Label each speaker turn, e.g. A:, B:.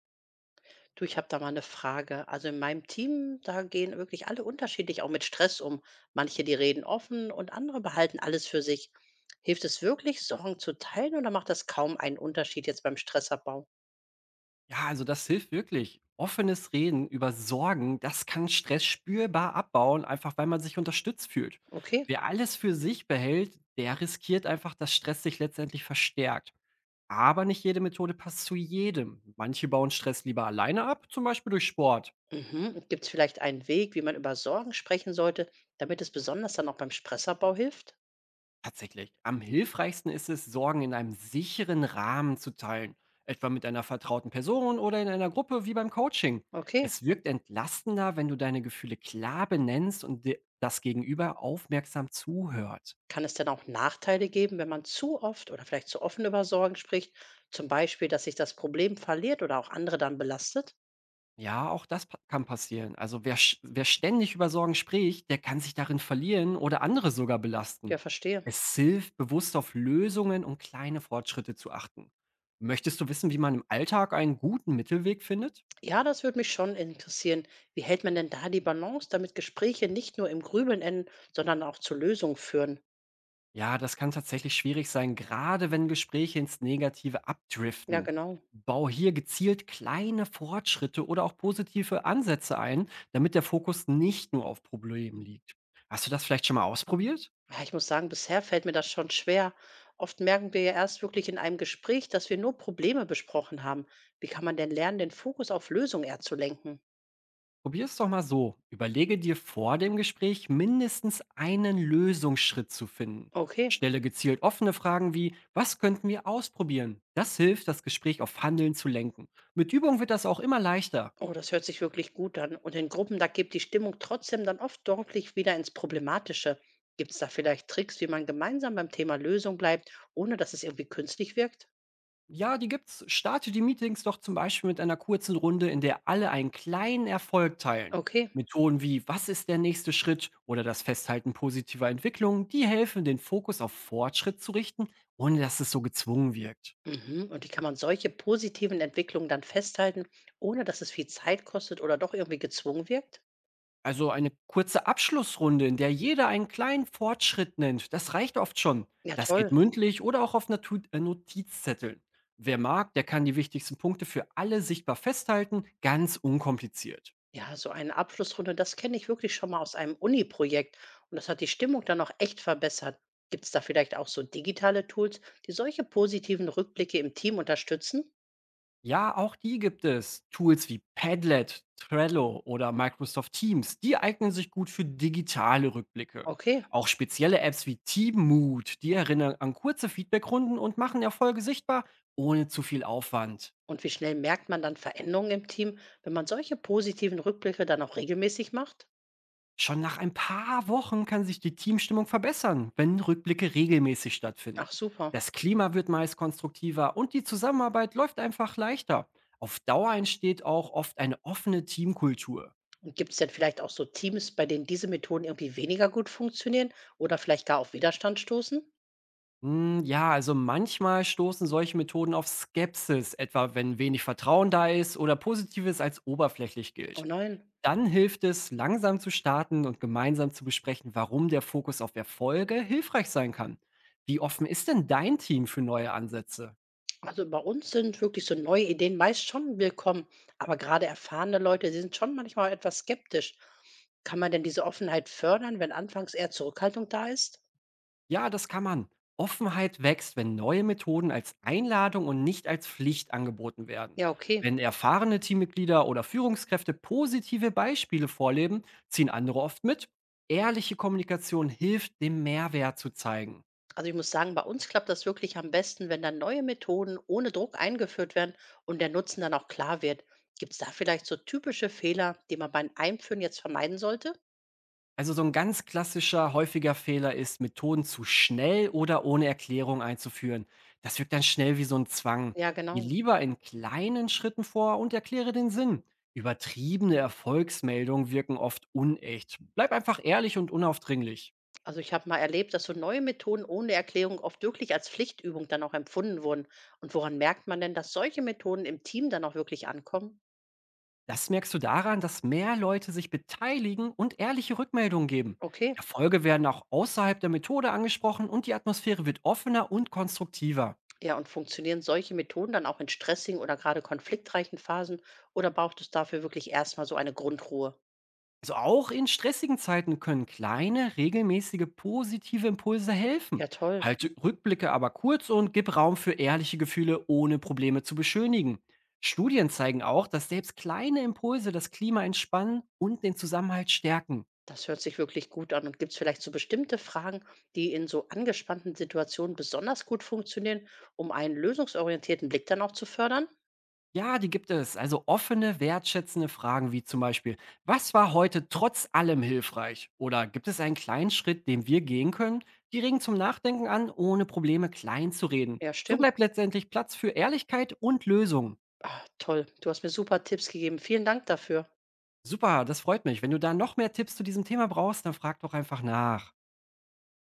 A: Du, ich habe da mal eine Frage. Also, in meinem Team, da gehen wirklich alle unterschiedlich auch mit Stress um. Manche, die reden offen und andere behalten alles für sich. Hilft es wirklich, Sorgen zu teilen oder macht das kaum einen Unterschied jetzt beim Stressabbau?
B: Ja, also das hilft wirklich. Offenes Reden über Sorgen, das kann Stress spürbar abbauen, einfach weil man sich unterstützt fühlt.
A: Okay.
B: Wer alles für sich behält, der riskiert einfach, dass Stress sich letztendlich verstärkt. Aber nicht jede Methode passt zu jedem. Manche bauen Stress lieber alleine ab, zum Beispiel durch Sport.
A: Mhm. Gibt es vielleicht einen Weg, wie man über Sorgen sprechen sollte, damit es besonders dann auch beim Stressabbau hilft?
B: Tatsächlich. Am hilfreichsten ist es, Sorgen in einem sicheren Rahmen zu teilen, etwa mit einer vertrauten Person oder in einer Gruppe wie beim Coaching.
A: Okay.
B: Es wirkt entlastender, wenn du deine Gefühle klar benennst und dir das Gegenüber aufmerksam zuhört.
A: Kann es denn auch Nachteile geben, wenn man zu oft oder vielleicht zu offen über Sorgen spricht? Zum Beispiel, dass sich das Problem verliert oder auch andere dann belastet?
B: Ja, auch das kann passieren. Also wer ständig über Sorgen spricht, der kann sich darin verlieren oder andere sogar belasten.
A: Ja, verstehe.
B: Es hilft, bewusst auf Lösungen und kleine Fortschritte zu achten. Möchtest du wissen, wie man im Alltag einen guten Mittelweg findet?
A: Ja, das würde mich schon interessieren. Wie hält man denn da die Balance, damit Gespräche nicht nur im Grübeln enden, sondern auch zu Lösungen führen?
B: Ja, das kann tatsächlich schwierig sein, gerade wenn Gespräche ins Negative
A: Ja,
B: abdriften.
A: genau.
B: Bau hier gezielt kleine Fortschritte oder auch positive Ansätze ein, damit der Fokus nicht nur auf Problemen liegt. Hast du das vielleicht schon mal ausprobiert?
A: Ja, ich muss sagen, bisher fällt mir das schon schwer. Oft merken wir ja erst wirklich in einem Gespräch, dass wir nur Probleme besprochen haben. Wie kann man denn lernen, den Fokus auf Lösungen eher zu lenken?
B: Probier es doch mal so. Überlege dir vor dem Gespräch mindestens einen Lösungsschritt zu finden.
A: Okay.
B: Stelle gezielt offene Fragen wie, was könnten wir ausprobieren? Das hilft, das Gespräch auf Handeln zu lenken. Mit Übung wird das auch immer leichter.
A: Oh, das hört sich wirklich gut an. Und in Gruppen, da geht die Stimmung trotzdem dann oft deutlich wieder ins Problematische. Gibt es da vielleicht Tricks, wie man gemeinsam beim Thema Lösung bleibt, ohne dass es irgendwie künstlich wirkt?
B: Ja, die gibt's. Starte die Meetings doch zum Beispiel mit einer kurzen Runde, in der alle einen kleinen Erfolg teilen.
A: Okay.
B: Methoden wie Was ist der nächste Schritt oder das Festhalten positiver Entwicklungen, die helfen, den Fokus auf Fortschritt zu richten, ohne dass es so gezwungen wirkt.
A: Mhm. Und wie kann man solche positiven Entwicklungen dann festhalten, ohne dass es viel Zeit kostet oder doch irgendwie gezwungen wirkt?
B: Also eine kurze Abschlussrunde, in der jeder einen kleinen Fortschritt nennt, das reicht oft schon.
A: Ja,
B: Das geht
A: toll.
B: mündlich oder auch auf Notizzetteln. Wer mag, der kann die wichtigsten Punkte für alle sichtbar festhalten, ganz unkompliziert.
A: Ja, so eine Abschlussrunde, das kenne ich wirklich schon mal aus einem Uni-Projekt. Und das hat die Stimmung dann auch echt verbessert. Gibt es da vielleicht auch so digitale Tools, die solche positiven Rückblicke im Team unterstützen?
B: Ja, auch die gibt es. Tools wie Padlet, Trello oder Microsoft Teams, die eignen sich gut für digitale Rückblicke.
A: Okay.
B: Auch spezielle Apps wie Teammood, die erinnern an kurze Feedbackrunden und machen Erfolge sichtbar, ohne zu viel Aufwand.
A: Und wie schnell merkt man dann Veränderungen im Team, wenn man solche positiven Rückblicke dann auch regelmäßig macht?
B: Schon nach ein paar Wochen kann sich die Teamstimmung verbessern, wenn Rückblicke regelmäßig stattfinden.
A: Ach super.
B: Das Klima wird meist konstruktiver und die Zusammenarbeit läuft einfach leichter. Auf Dauer entsteht auch oft eine offene Teamkultur.
A: Gibt es denn vielleicht auch so Teams, bei denen diese Methoden irgendwie weniger gut funktionieren oder vielleicht gar auf Widerstand stoßen?
B: Hm, ja, also manchmal stoßen solche Methoden auf Skepsis, etwa wenn wenig Vertrauen da ist oder Positives als oberflächlich
A: Oh
B: gilt.
A: nein.
B: Dann hilft es, langsam zu starten und gemeinsam zu besprechen, warum der Fokus auf Erfolge hilfreich sein kann. Wie offen ist denn dein Team für neue Ansätze?
A: Also bei uns sind wirklich so neue Ideen meist schon willkommen, aber gerade erfahrene Leute, die sind schon manchmal etwas skeptisch. Kann man denn diese Offenheit fördern, wenn anfangs eher Zurückhaltung da ist?
B: Ja, das kann man. Offenheit wächst, wenn neue Methoden als Einladung und nicht als Pflicht angeboten werden.
A: Ja, okay.
B: Wenn erfahrene Teammitglieder oder Führungskräfte positive Beispiele vorleben, ziehen andere oft mit. Ehrliche Kommunikation hilft, den Mehrwert zu zeigen.
A: Also ich muss sagen, bei uns klappt das wirklich am besten, wenn dann neue Methoden ohne Druck eingeführt werden und der Nutzen dann auch klar wird. Gibt es da vielleicht so typische Fehler, die man beim Einführen jetzt vermeiden sollte?
B: Also so ein ganz klassischer, häufiger Fehler ist, Methoden zu schnell oder ohne Erklärung einzuführen. Das wirkt dann schnell wie so ein Zwang.
A: Ja,
B: Geh
A: genau.
B: lieber in kleinen Schritten vor und erkläre den Sinn. Übertriebene Erfolgsmeldungen wirken oft unecht. Bleib einfach ehrlich und unaufdringlich.
A: Also ich habe mal erlebt, dass so neue Methoden ohne Erklärung oft wirklich als Pflichtübung dann auch empfunden wurden. Und woran merkt man denn, dass solche Methoden im Team dann auch wirklich ankommen?
B: Das merkst du daran, dass mehr Leute sich beteiligen und ehrliche Rückmeldungen geben.
A: Okay.
B: Erfolge werden auch außerhalb der Methode angesprochen und die Atmosphäre wird offener und konstruktiver.
A: Ja, und funktionieren solche Methoden dann auch in stressigen oder gerade konfliktreichen Phasen oder braucht es dafür wirklich erstmal so eine Grundruhe?
B: Also auch in stressigen Zeiten können kleine, regelmäßige positive Impulse helfen.
A: Ja, toll.
B: Halte Rückblicke aber kurz und gib Raum für ehrliche Gefühle, ohne Probleme zu beschönigen. Studien zeigen auch, dass selbst kleine Impulse das Klima entspannen und den Zusammenhalt stärken.
A: Das hört sich wirklich gut an. Und gibt es vielleicht so bestimmte Fragen, die in so angespannten Situationen besonders gut funktionieren, um einen lösungsorientierten Blick dann auch zu fördern?
B: Ja, die gibt es. Also offene, wertschätzende Fragen wie zum Beispiel, was war heute trotz allem hilfreich? Oder gibt es einen kleinen Schritt, den wir gehen können? Die regen zum Nachdenken an, ohne Probleme klein zu reden.
A: Ja,
B: So
A: stimmt.
B: bleibt letztendlich Platz für Ehrlichkeit und Lösung.
A: Ah, toll. Du hast mir super Tipps gegeben. Vielen Dank dafür.
B: Super, das freut mich. Wenn du da noch mehr Tipps zu diesem Thema brauchst, dann frag doch einfach nach.